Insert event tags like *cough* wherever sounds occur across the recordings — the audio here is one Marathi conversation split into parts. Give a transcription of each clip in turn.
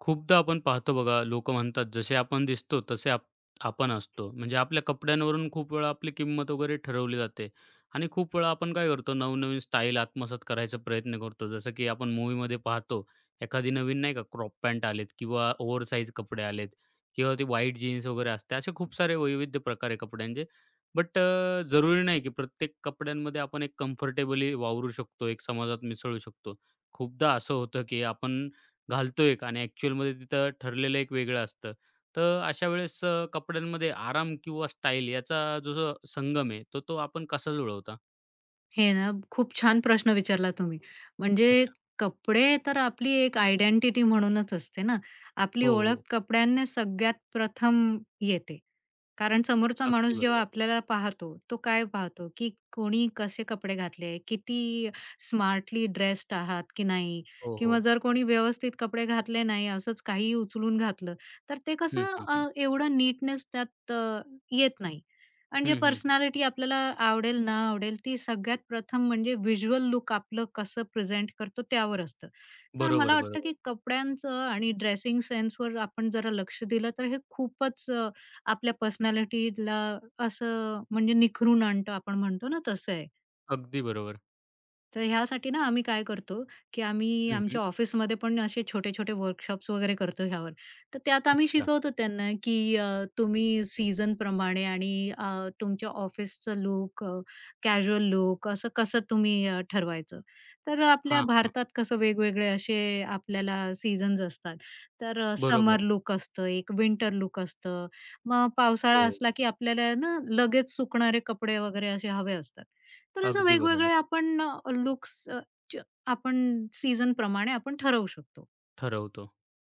खूपदा आपण पाहतो बघा, लोक म्हणतात जसे आपण दिसतो तसे आपण असतो. म्हणजे आपल्या कपड्यांवरून खूप वेळा आपली किंमत वगैरे ठरवली जाते आणि खूप वेळा आपण काय करतो, नवनवीन स्टाईल आत्मसात करायचा प्रयत्न करतो. जसं की आपण मूव्हीमध्ये पाहतो, एखादी नवीन नाही का क्रॉप पॅन्ट आलेत किंवा ओव्हरसाइज कपडे आलेत किंवा ते व्हाईट जीन्स वगैरे असते. असे खूप सारे वैविध्य प्रकार आहे कपड्यांचे. बट जरुरी नाही की प्रत्येक कपड्यांमध्ये आपण एक कम्फर्टेबली वावरू शकतो, एक समाजात मिसळू शकतो. खूपदा असं होतं की आपण घालतो एक आणि ॲक्चुअलमध्ये तिथं ठरलेलं एक वेगळं असतं. तर अशा वेळेस कपड्यांमध्ये आराम किंवा स्टाईल याचा जो जो संगम आहे, तो तो आपण कसा जुळवता? हे ना, खूप छान प्रश्न विचारला तुम्ही. म्हणजे अच्छा. कपडे तर आपली एक आयडेंटिटी म्हणूनच असते ना. आपली हो, ओळख हो. कपड्यांनी सगळ्यात प्रथम येते. कारण समोरचा माणूस अगदी जेव्हा बरोबर. आपल्याला पाहतो, तो काय पाहतो, की कोणी कसे कपडे घातले, किती स्मार्टली ड्रेस्ड आहात की नाही हो, किंवा हो. जर कोणी व्यवस्थित कपडे घातले नाही, असंच काहीही उचलून घातलं, तर ते हं, कसं हं. एवढं नीटनेस त्यात येत नाही. आणि हं, जे हं, हं. पर्सनॅलिटी आपल्याला आवडेल, ना आवडेल, ती सगळ्यात प्रथम म्हणजे व्हिज्युअल लुक आपलं कसं प्रेझेंट करतो त्यावर असतं. तर बरोबर, मला वाटतं, बरोबर. की कपड्यांचं आणि ड्रेसिंग सेन्सवर आपण जरा लक्ष दिलं, तर हे खूपच आपल्या पर्सनॅलिटीला असं म्हणजे निखरून आणतं आपण म्हणतो ना, तसं आहे. अगदी बरोबर. तर ह्यासाठी ना आम्ही काय करतो, की आम्ही हं, हं. आमच्या ऑफिसमध्ये पण असे छोटे-छोटे वर्कशॉप्स वगैरे करतो ह्यावर. तर त्यात आम्ही अच्छा. शिकवतो त्यांना, की तुम्ही सीझन प्रमाणे आणि तुमच्या ऑफिसचं लूक, कॅज्युअल लूक असं कसं तुम्ही ठरवायचं. तर आपल्या हां, हां. भारतात कसं वेगवेगळे असे आपल्याला सीझन्स असतात. तर समर बरोबर. लूक असतं, एक विंटर लूक असतं. मग पावसाळा हो. असला, की आपल्याला ना लगेच सुकणारे कपडे वगैरे असे हवे असतात. तर असं अगदी बरोबर. वेगवेगळे आपण लुक्स च आपण सीझनप्रमाणे आपण ठरवू शकतो. ठरवतो.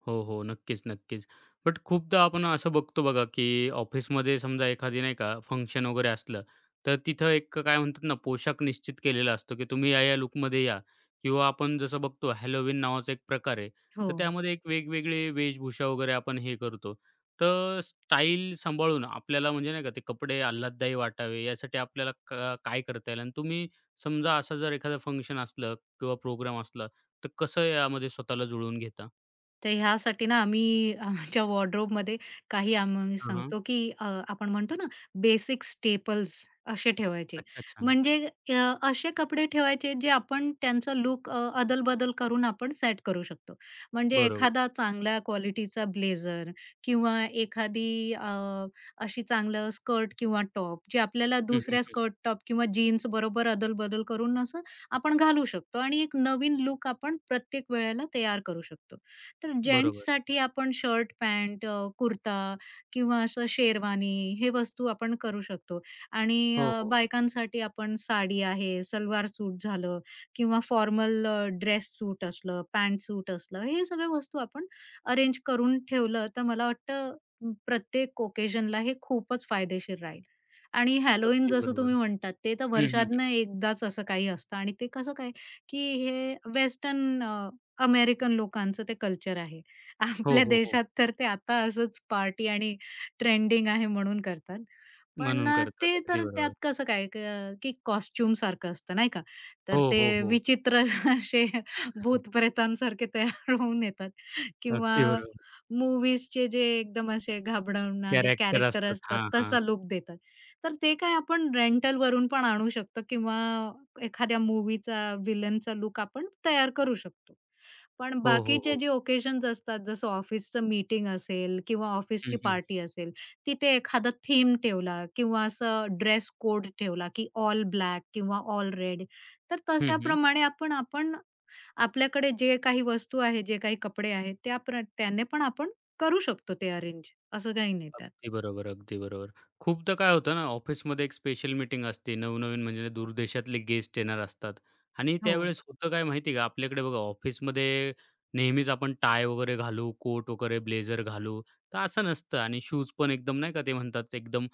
हो, हो. नक्कीच, नक्कीच. बट खूपदा आपण असं बघतो बघा, की ऑफिसमध्ये समजा एखादी नाही का फंक्शन वगैरे असलं, तर तिथं एक काय म्हणतात ना, पोशाख निश्चित केलेला असतो, की तुम्ही या-या लूकमध्ये या किंवा आपण जसं बघतो हॅलोवीन नावाचा एक प्रकार आहे. हो. तर त्यामध्ये एक वेगवेगळी वेशभूषा वगैरे आपण हे करतो. तर स्टाईल सांभाळून आपल्याला म्हणजे नाही का ते कपडे आल्हाददायी वाटावे यासाठी आपल्याला का काय करता येईल? आणि तुम्ही समजा असं जर एखादं फंक्शन असलं किंवा प्रोग्राम असला, तर कसं यामध्ये स्वतःला जुळवून घेता? तर ह्यासाठी ना आम्ही आमच्या वॉर्डरोबमध्ये काही आम्ही हां, हां. सांगतो, की आपण म्हणतो ना बेसिक स्टेपल्स असे ठेवायचे. अच्छा, अच्छा. म्हणजे असे कपडे ठेवायचे जे आपण त्यांचा लूक अदल-बदल करून आपण सेट करू शकतो. म्हणजे बरोबर. एखादा चांगल्या क्वालिटीचा ब्लेझर किंवा एखादी अशी चांगलं स्कर्ट किंवा टॉप जे आपल्याला हं, हं, दुसऱ्या हं. स्कर्ट, टॉप किंवा जीन्स बरोबर अदल-बदल करून असं आपण घालू शकतो आणि एक नवीन लूक आपण प्रत्येक वेळेला तयार करू शकतो. तर बरोबर. जेंट्ससाठी आपण शर्ट, पॅन्ट, कुर्ता किंवा असं शेरवानी हे वस्तू आपण करू शकतो आणि हो, हो. बायकांसाठी आपण साडी आहे, सलवार सूट झालं किंवा फॉर्मल ड्रेस सूट असलं, पॅन्ट सूट असलं, हे सगळ्या वस्तू आपण अरेंज करून ठेवलं तर मला वाटतं प्रत्येक ओकेशनला हे खूपच फायदेशीर राहील. आणि हॅलोवीन अगदी जसं तुम्ही बरोबर. म्हणतात ते तर हं, हं, हं. वर्षातनं एकदाच असं काही असतं आणि ते कसं काय, की हे वेस्टर्न अमेरिकन लोकांचं ते कल्चर आहे. हो, आपल्या हो, हो. देशात तर ते आता असंच पार्टी आणि ट्रेंडिंग आहे म्हणून करतात. पण म्हणून करतात. ते अगदी तर त्यात बरोबर. कसं काय की कॉस्ट्यूमसारखं असतं नाही का? तर हो, हो, ते हो. विचित्र *laughs* असे भूतप्रेतांसारखे तयार होऊन येतात किंवा अगदी बरोबर. मूव्हीजचे जे एकदम असे घाबरवणारे कॅरेक्टर कॅरेक्टर असतात. असतात हां, हां. तसा लूक देतात. तर ते काय आपण रेंटलवरून पण आणू शकतो किंवा एखाद्या मूव्हीचा, व्हिलनचा लूक आपण तयार करू शकतो. पण हो, हो, बाकीचे हो. जे ओकेशन्स असतात जसं ऑफिसचं मीटिंग असेल किंवा हं, ऑफिसची हं. पार्टी असेल, तिथे एखादा थीम ठेवला किंवा असं ड्रेस कोड ठेवला, की ऑल ब्लॅक किंवा ऑल रेड. तर हं, हं. तशाप्रमाणे आपण आपण आपल्याकडे जे काही वस्तू आहे, जे काही कपडे आहेत त्या त्याने पण आपण करू शकतो ते अरेंज, असं काही नाही त्यात. अगदी बरोबर, अगदी बरोबर. खूपदा काय होतं ना, ऑफिसमध्ये एक स्पेशल मीटिंग असते. नवनवीन म्हणजे दूरदेशातले गेस्ट येणार असतात आणि हो. त्यावेळेस होतं काय माहिती आहे का, आपल्याकडे बघा ऑफिसमध्ये नेहमीच आपण टाय वगैरे घालू, कोट वगैरे, ब्लेझर घालू, तर असं नसतं आणि शूज पण एकदम नाही का ते म्हणतात एकदम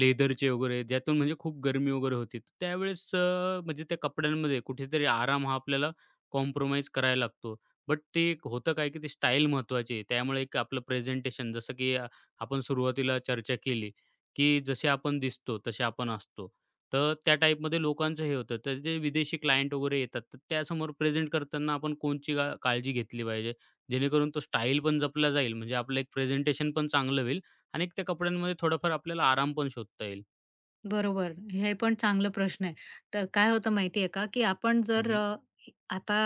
लेदरचे वगैरे, ज्यातून म्हणजे खूप गरमी वगैरे होती. तर त्यावेळेस म्हणजे त्या कपड्यांमध्ये कुठेतरी आराम हा आपल्याला कॉम्प्रोमाईज करायला लागतो. बट ते एक होतं काय, की ती स्टाईल महत्त्वाची आहे. त्यामुळे एक आपलं प्रेझेंटेशन जसं की आपण सुरुवातीला चर्चा केली, की जसे आपण दिसतो तसे आपण असतो. तर त्या टाईपमध्ये लोकांचं हे होतं. तर जे विदेशी क्लायंट वगैरे येतात, तर त्यासमोर प्रेझेंट करताना आपण कोणची का काळजी घेतली पाहिजे? जेणेकरून तो स्टाईल पण जपला जाईल, म्हणजे आपलं एक प्रेझेंटेशन पण चांगलं होईल आणि त्या कपड्यांमध्ये थोडाफार आपल्याला आराम पण शोधता येईल. बरोबर. हे पण चांगलं प्रश्न आहे. तर काय होतं माहिती का, की आपण हं, जर हं. आता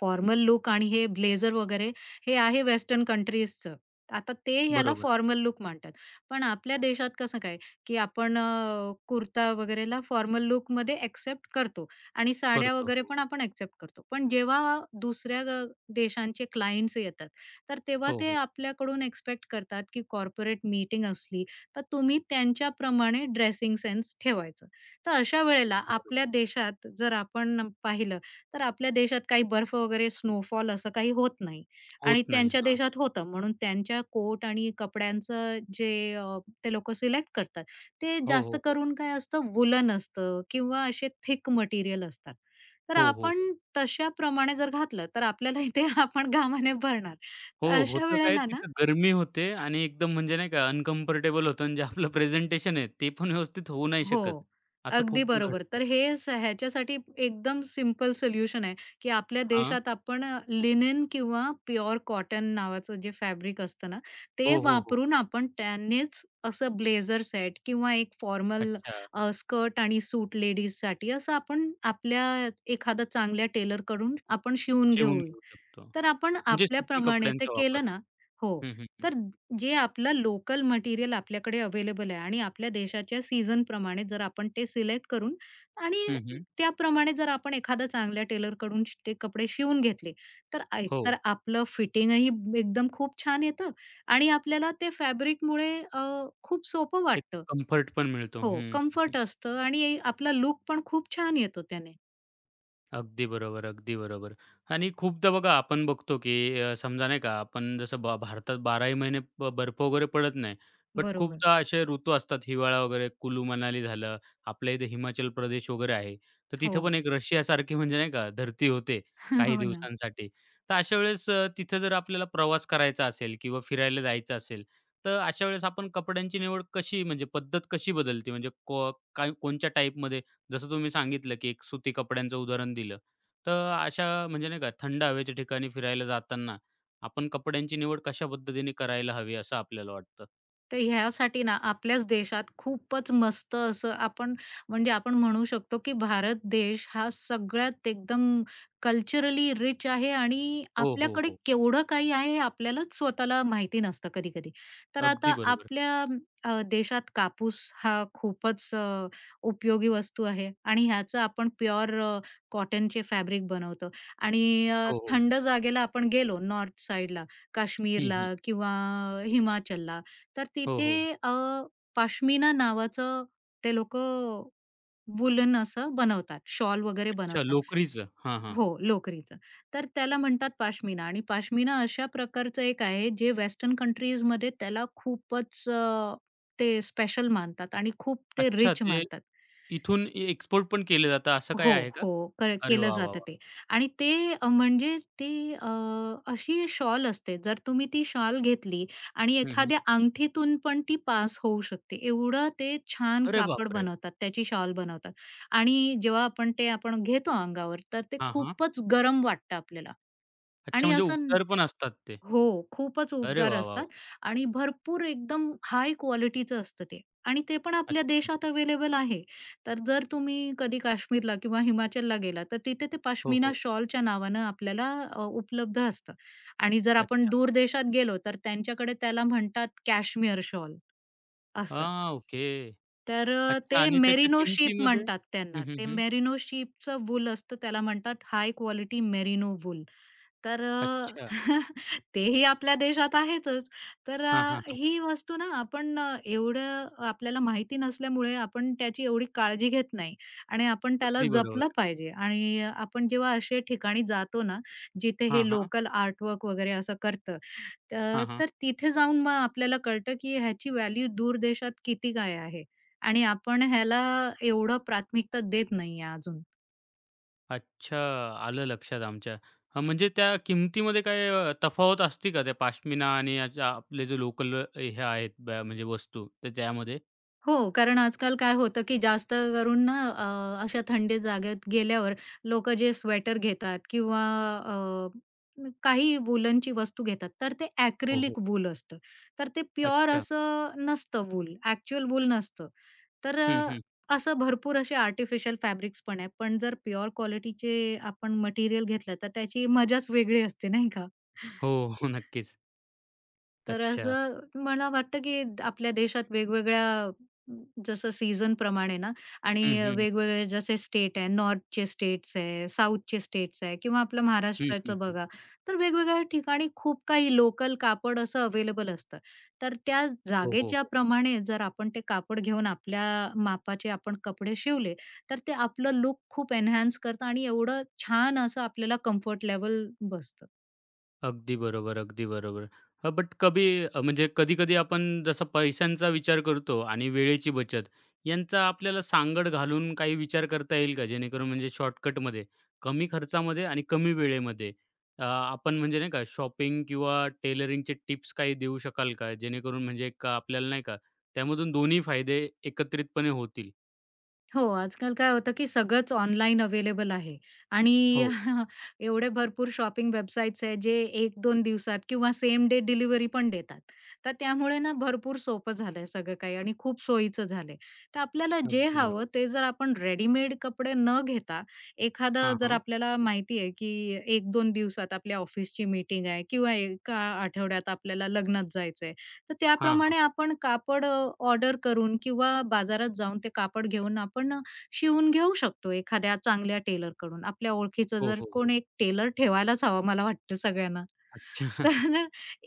फॉर्मल लूक आणि हे ब्लेझर वगैरे हे आहे वेस्टर्न कंट्रीजचं. आता ते ह्याला बरोबर. फॉर्मल लूक मानतात. पण आपल्या देशात कसं काय, की आपण कुर्ता वगैरेला फॉर्मल लूकमध्ये एक्सेप्ट करतो आणि साड्या वगैरे करतो. पण आपण एक्सेप्ट करतो. पण जेव्हा दुसऱ्या देशांचे क्लायंट्स येतात, तर तेव्हा हो, हो, ते हो. आपल्याकडून एक्स्पेक्ट करतात, की कॉर्पोरेट मीटिंग असली तर तुम्ही त्यांच्याप्रमाणे ड्रेसिंग सेन्स ठेवायचं. तर अशा वेळेला अगदी आपल्या बरोबर. देशात जर आपण पाहिलं, तर आपल्या देशात काही बर्फ वगैरे स्नोफॉल असं काही होत नाही आणि होत नाही. त्यांच्या हां. देशात होतं. म्हणून त्यांच्या कोट आणि कपड्यांचं जे अ, ते लोकं सिलेक्ट करतात, ते हो, हो, जास्त हो. करून काय असतं वूलन असतं किंवा असे थिक मटेरियल असतात. तर हो, हो. आपण तशाप्रमाणे जर घातलं, तर आपल्याला इथे *laughs* आपण घामाने भरणार. हो, तर अशा होतं काय वेळेला ना तिथं गरमी होते आणि एकदम म्हणजे नाही का अनकम्फर्टेबल होतं आणि जे आपलं प्रेझेंटेशन आहे ते पण व्यवस्थित होऊ नाही हो, शकत. असं अगदी खूपदा बरोबर. घडतं. तर हे ह्याच्यासाठी एकदम सिंपल सोल्युशन आहे, की आपल्या हां. देशात आपण लिनेन किंवा प्युअर कॉटन नावाचं जे फॅब्रिक असतं ना, ते हो, हो, हो. वापरून आपण त्यानेच असं ब्लेझर सेट किंवा एक फॉर्मल अच्छा. स्कर्ट आणि सूट लेडीजसाठी असं आपण आपल्या एखादा चांगल्या टेलरकडून आपण शिवून शिवून घेऊ. घेऊ शकतो. तर आपण म्हणजे सुती आपल्याप्रमाणे ते कपड्यांचा वापर. केलं ना हो, हं, हं, हं. तर जे आपलं लोकल मटेरियल आपल्याकडे अवेलेबल आहे आणि आपल्या देशाच्या सीझनप्रमाणे जर आपण ते सिलेक्ट करून आणि हं, हं. त्याप्रमाणे जर आपण एखादा चांगल्या टेलरकडून ते कपडे शिवून घेतले, तर हो. एकतर आपलं फिटिंगही एकदम खूप छान येतं आणि आपल्याला ते फॅब्रिकमुळे खूप सोपं एक वाटतं. कम्फर्ट पण मिळतो. हं, हो, हं, कम्फर्ट असतं आणि आपला लूक पण खूप छान येतो त्याने. अगदी बरोबर, अगदी बरोबर. आणि खूपदा बघा आपण बघतो, की समजा नाही का आपण जसं भारतात 12ही महिने बर्फ वगैरे पडत नाही. बट बरोबर. खूपदा असे ऋतू असतात हिवाळा वगैरे कुलू मनाली झालं, आपल्या इथे हिमाचल प्रदेश वगैरे आहे. तर हो. तिथं पण एक रशियासारखी म्हणजे नाही का धरती होते *laughs* काही हो ना. दिवसांसाठी. तर अशा वेळेस तिथं जर आपल्याला प्रवास करायचा असेल किंवा फिरायला जायचं असेल, तर अशा वेळेस आपण कपड्यांची निवड कशी म्हणजे पद्धत कशी बदलते? म्हणजे काय कोणच्या टाइपमध्ये जसं तुम्ही सांगितलं, की एक सुती कपड्यांचं उदाहरण दिलं. तर अशा म्हणजे नाही का थंड हवेच्या ठिकाणी फिरायला जाताना आपण कपड्यांची निवड कशा पद्धतीने करायला हवी असं आपल्याला वाटतं? तर ह्यासाठी ना आपल्याच देशात खूपच मस्त असं आपण म्हणजे आपण म्हणू शकतो, की भारत देश हा सगळ्यात एकदम कल्चरली रिच आहे आणि हो, हो, आपल्याकडे हो. केवढं काही आहे हे आपल्यालाच स्वतःला माहिती नसतं कधी-कधी. तर अगदी आता बरोबर. आपल्या देशात कापूस हा खूपच उपयोगी वस्तू आहे आणि ह्याचं आपण प्युअर कॉटनचे फॅब्रिक बनवतो आणि हो, हो. थंड जागेला आपण गेलो नॉर्थ साईडला, हं, हं. काश्मीरला किंवा हिमाचलला तर हो, तिथे हो. अ, पाश्मिना नावाचं ते लोकं वूलन असं बनवतात, शॉल वगैरे अच्छा बनवतात. लोकरीचं. हां, हां. हो, लोकरीचं. तर त्याला म्हणतात पाश्मिना आणि पाश्मिना अशा प्रकारचं एक आहे, जे वेस्टर्न कंट्रीजमध्ये त्याला खूपच ते स्पेशल मानतात आणि खूप ते अच्छा रिच ते मानतात. इथून एक्सपोर्ट पण केलं जातं असं काही हो, आहे का? हो. अरे केलं वाह, वाह, जातं वाह! ते आणि ते म्हणजे ती अशी शॉल असते. जर तुम्ही ती शॉल घेतली आणि हं, हं. एखाद्या अंगठीतून पण ती पास होऊ शकते. एवढं ते छान अरे कापड बापरे! बनवतात, त्याची शॉल बनवतात आणि जेव्हा आपण ते आपण घेतो अंगावर, तर ते हां, हां. खूपच गरम वाटतं आपल्याला अच्छा आणि म्हणजे असं उबदार पण असतात ते. हो, खूपच अरे उबदार वाह, वाह, वाह! असतात आणि भरपूर एकदम हाय क्वालिटीचं असतं ते आणि ते पण आपल्या अच्छा. देशात अवेलेबल आहे. तर जर तुम्ही कधी काश्मीरला किंवा हिमाचलला गेला, तर तिथे ते हो, पश्मिना हो. शॉलच्या नावानं आपल्याला उपलब्ध असतं आणि जर आपण अच्छा. दूर देशात गेलो, तर त्यांच्याकडे त्याला म्हणतात कॅश्मीर शॉल असं. हां, ओके. तर अच्छा ते आणि त्याच्या मेरिनो शीप किमतीमध्ये म्हणतात हं, त्यांना. हं, ते हं. मेरिनो शीपचं वूल असतं त्याला म्हणतात हाय क्वालिटी मेरिनो वूल. तर अच्छा. *laughs* तेही आपल्या देशात आहेतच. तर हां, हां, हां. ही वस्तू ना आपण एवढं आपल्याला माहिती नसल्यामुळे आपण त्याची एवढी काळजी घेत नाही आणि आपण त्याला अगदी जपलं बरोबर. पाहिजे आणि आपण जेव्हा अशा ठिकाणी जातो ना, जिथे हां, हे हां. लोकल आर्टवर्क वगैरे असं करतं, त हां, हां. तर तिथे जाऊन मग आपल्याला कळतं की ह्याची व्हॅल्यू दूर देशात किती काय आहे. आणि आपण ह्याला एवढं प्राथमिकता देत नाहीये अजून. अच्छा. आलं लक्षात आमच्या. हां, म्हणजे त्या किमतीमध्ये काय तफावत असते का त्या पश्मिना आणि याच्या आपले जे लोकल हे आहेत म्हणजे वस्तू तर त्यामध्ये? हो, कारण आजकाल काय होतं, की जास्त करून ना अशा थंडी जागेत गेल्यावर लोकं जे स्वेटर घेतात किंवा अ, काही वूलनची वस्तू घेतात, तर ते हो, हो. ॲक्रिलिक वूल असतं. तर ते प्युअर अच्छा. असं नसतं वूल, ॲक्चुअल वूल नसतं. तर हं, हं. असं भरपूर असे आर्टिफिशियल फॅब्रिक्स पण आहे. पण जर प्युअर क्वालिटीचे आपण मटेरिअल घेतलं, तर त्याची मजाच वेगळी असते, नाही का? हो, हो. नक्कीच. तर अच्छा. असं मला वाटतं, की आपल्या देशात वेगवेगळ्या म, जसं सीझनप्रमाणे ना हं, आणि हं. वेगवेगळे जसे स्टेट आहे, नॉर्थचे स्टेट्स आहे, साऊथचे स्टेट्स आहे किंवा आपलं हं, हं, महाराष्ट्राचं हं. बघा, तर वेगवेगळ्या ठिकाणी खूप काही लोकल कापड असं अवेलेबल असतं. तर त्या हो, हो. जागेच्या प्रमाणे जर आपण ते कापड घेऊन आपल्या मापाचे आपण कपडे शिवले, तर ते आपलं लूक खूप एन्हान्स करतं आणि एवढं छान असं आपल्याला कम्फर्ट लेव्हल बसतं. अगदी बरोबर, अगदी बरोबर. बट म्हणजे कधी-कधी आपण जसा पैशांचा विचार करतो आणि वेळेची बचत यांचा आपल्याला सांगड घालून काही विचार करता येईल का? जेणेकरून म्हणजे शॉर्टकटमध्ये, कमी खर्चामध्ये आणि कमी वेळेमध्ये आपण म्हणजे नाही का शॉपिंग किंवा टेलरिंगचे टिप्स काही देऊ शकाल का? जेणेकरून म्हणजे एक आपल्याला नाही का त्यामधून दोन्ही फायदे एकत्रितपणे होतील. हो, आजकाल काय होतं, की सगळंच ऑनलाईन अवेलेबल आहे आणि हो, *laughs* एवढे भरपूर शॉपिंग वेबसाईट्स आहेत, जे 1-2 दिवसात किंवा सेम डे डिलिव्हरी पण देतात. तर त्यामुळे ना भरपूर सोपं झालंय सगळं काही आणि खूप सोयीचं झालंय. तर आपल्याला जे अगदी बरोबर. हवं ते जर आपण रेडीमेड कपडे न घेता, एखादा हां, जर हां. आपल्याला माहिती आहे, की 1-2 दिवसात आपल्या ऑफिसची मीटिंग आहे किंवा एका आठवड्यात आपल्याला लग्नात जायचंय. तर हां, हां. त्याप्रमाणे आपण कापड ऑर्डर करून किंवा बाजारात जाऊन ते कापड घेऊन आपण शिवून घेऊ शकतो एखाद्या चांगल्या टेलरकडून. आपल्या ओळखीचं हो, जर हो, हो. कोण एक टेलर ठेवायलाच हवा मला वाटतं सगळ्यांना. अच्छा. *laughs* तर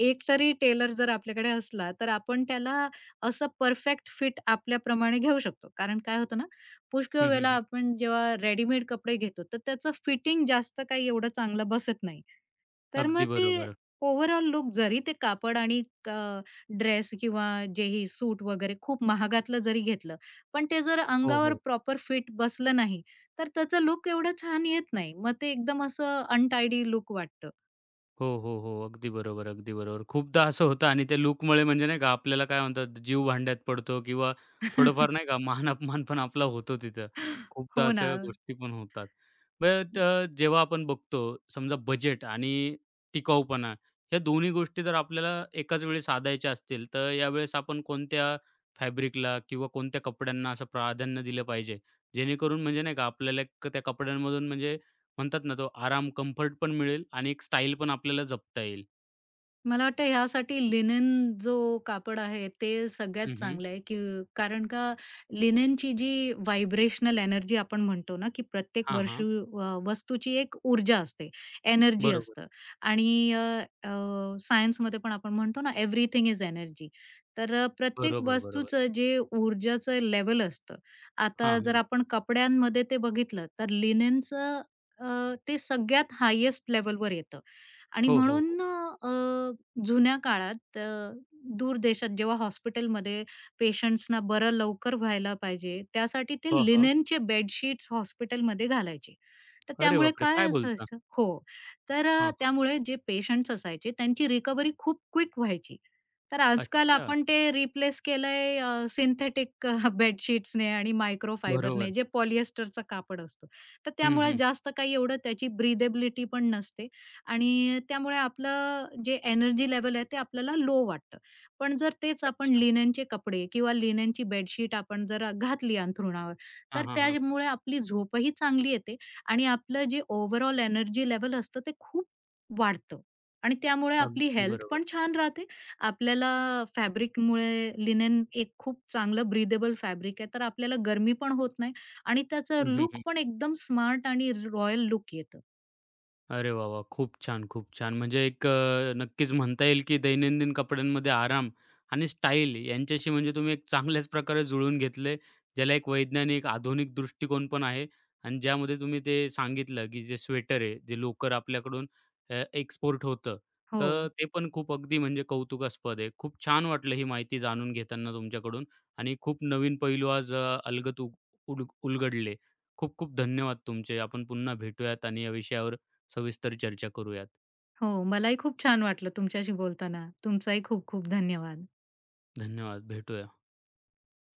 एक तरी टेलर जर आपल्याकडे असला, तर आपण त्याला असं परफेक्ट फिट आपल्याप्रमाणे घेऊ शकतो. कारण काय होतं ना, पुष्कळ हं, हं, वेळेला हं. आपण जेव्हा रेडीमेड कपडे घेतो, तर त्याचं फिटिंग जास्त काही एवढं चांगलं बसत नाही. तर मग अगदी ते बरोबर. ओव्हरऑल लूक जरी ते कापड आणि ड्रेस किंवा जेही सूट वगैरे खूप महागातलं जरी घेतलं, पण ते जर हो, अंगावर हो. प्रॉपर फिट बसलं नाही, तर त्याचा लूक एवढं छान येत नाही. मग ते एकदम असं अनटायडी लूक वाटतं. हो, हो, हो. अगदी बरोबर, अगदी बरोबर. खूपदा असं होतं आणि त्या लूकमुळे म्हणजे नाही का आपल्याला काय म्हणतात जीव भांड्यात पडतो किंवा थोडंफार *laughs* नाही का मान-अपमान पण आपला होतो तिथं. खूपदा हो ना. अशा गोष्टी पण होतात. बट म जेव्हा आपण बघतो समजा बजेट आणि टिकाऊपणा या दोन्ही गोष्टी जर आपल्याला एकाच वेळी साधायच्या असतील, तर यावेळेस आपण कोणत्या फॅब्रिकला किंवा कोणत्या कपड्यांना असं प्राधान्य दिलं पाहिजे? जेणेकरून म्हणजे नाही का आपल्याला एक त्या कपड्यांमधून म्हणजे म्हणतात ना, तो आराम, कम्फर्ट पण मिळेल आणि एक स्टाईल पण आपल्याला जपता येईल. मला वाटतं ह्यासाठी लिनेन जो कापड आहे ते सगळ्यात हं, हं. चांगलं आहे, की कारण का लिनेनची जी व्हायब्रेशनल एनर्जी आपण म्हणतो ना, की प्रत्येक हां, हां. वस्तूची एक ऊर्जा असते, एनर्जी बरोबर. असतं आणि अ, अ, सायन्समध्ये पण आपण म्हणतो ना, एव्हरीथिंग इज एनर्जी. तर प्रत्येक बरोबर, बरोबर. वस्तूचं जे ऊर्जाचं लेव्हल असतं, हां, आता जर हां. आपण कपड्यांमध्ये ते बघितलं, तर लिनेनचं ते सगळ्यात हायेस्ट लेव्हलवर येतं. आणि हो, हो, हो. म्हणून जुन्या काळात दूर देशात जेव्हा हॉस्पिटलमध्ये पेशंट्सना बरं लवकर व्हायला पाहिजे, त्यासाठी ते हां, हां. लिनेनचे बेडशीट्स हॉस्पिटलमध्ये घालायचे. तर अरे त्यामुळे बापरे! काय काय बोलता? असायचं हो. तर हां, हां. त्यामुळे जे पेशंट्स असायचे त्यांची रिकव्हरी खूप क्विक व्हायची. तर आजकाल अच्छा. आपण ते रिप्लेस केलंय सिंथेटिक बेडशीट्सने आणि मायक्रोफायबरने बरोबर. जे पॉलिएस्टरचा कापड असतो. तर हं, त्यामुळे हं. जास्त काही एवढं त्याची ब्रीदेबिलिटी पण नसते आणि त्यामुळे आपलं जे एनर्जी लेव्हल आहे ते आपल्याला लो वाटतं. पण जर तेच आपण अच्छा. लिनेनचे कपडे किंवा लिनेनची बेडशीट आपण जर घातली अंथरुणावर, हां, तर हां, हां. त्यामुळे आपली झोपही चांगली येते आणि आपलं जे ओव्हरऑल एनर्जी लेवल असतं ते खूप वाढतं आणि त्यामुळे आपली अगदी हेल्थ पण बरोबर. छान राहते. आपल्याला फॅब्रिकमुळे लिनेन एक खूप चांगलं ब्रीदेबल फॅब्रिक आहे, तर आपल्याला गरमी पण होत नाही आणि त्याचं हं, हं, लूक पण हं. एकदम स्मार्ट आणि रॉयल लूक येतं. अरे वाह, वाह! खूप छान, खूप छान. म्हणजे एक नक्कीच म्हणता येईल, की दैनंदिन कपड्यांमध्ये आराम आणि स्टाईल यांच्याशी म्हणजे तुम्ही एक चांगल्याच प्रकारे जुळवून घेतले. ज्याला एक वैज्ञानिक, आधुनिक दृष्टिकोन पण आहे आणि ज्यामध्ये तुम्ही ते सांगितलं, की जे स्वेटर आहे, जे लोकर आपल्याकडून एक्सपोर्ट होतं. हो, तर ते पण खूप अगदी म्हणजे कौतुकास्पद आहे. खूप छान वाटलं ही माहिती जाणून घेताना तुमच्याकडून आणि खूप नवीन पैलू आज अलगद उग उल उलगडले. खूप खूप धन्यवाद तुमचे. आपण पुन्हा भेटूयात आणि या विषयावर सविस्तर चर्चा करूयात. हो. मलाही खूप छान वाटलं तुमच्याशी बोलताना. तुमचाही खूप खूप धन्यवाद. धन्यवाद. भेटूयात.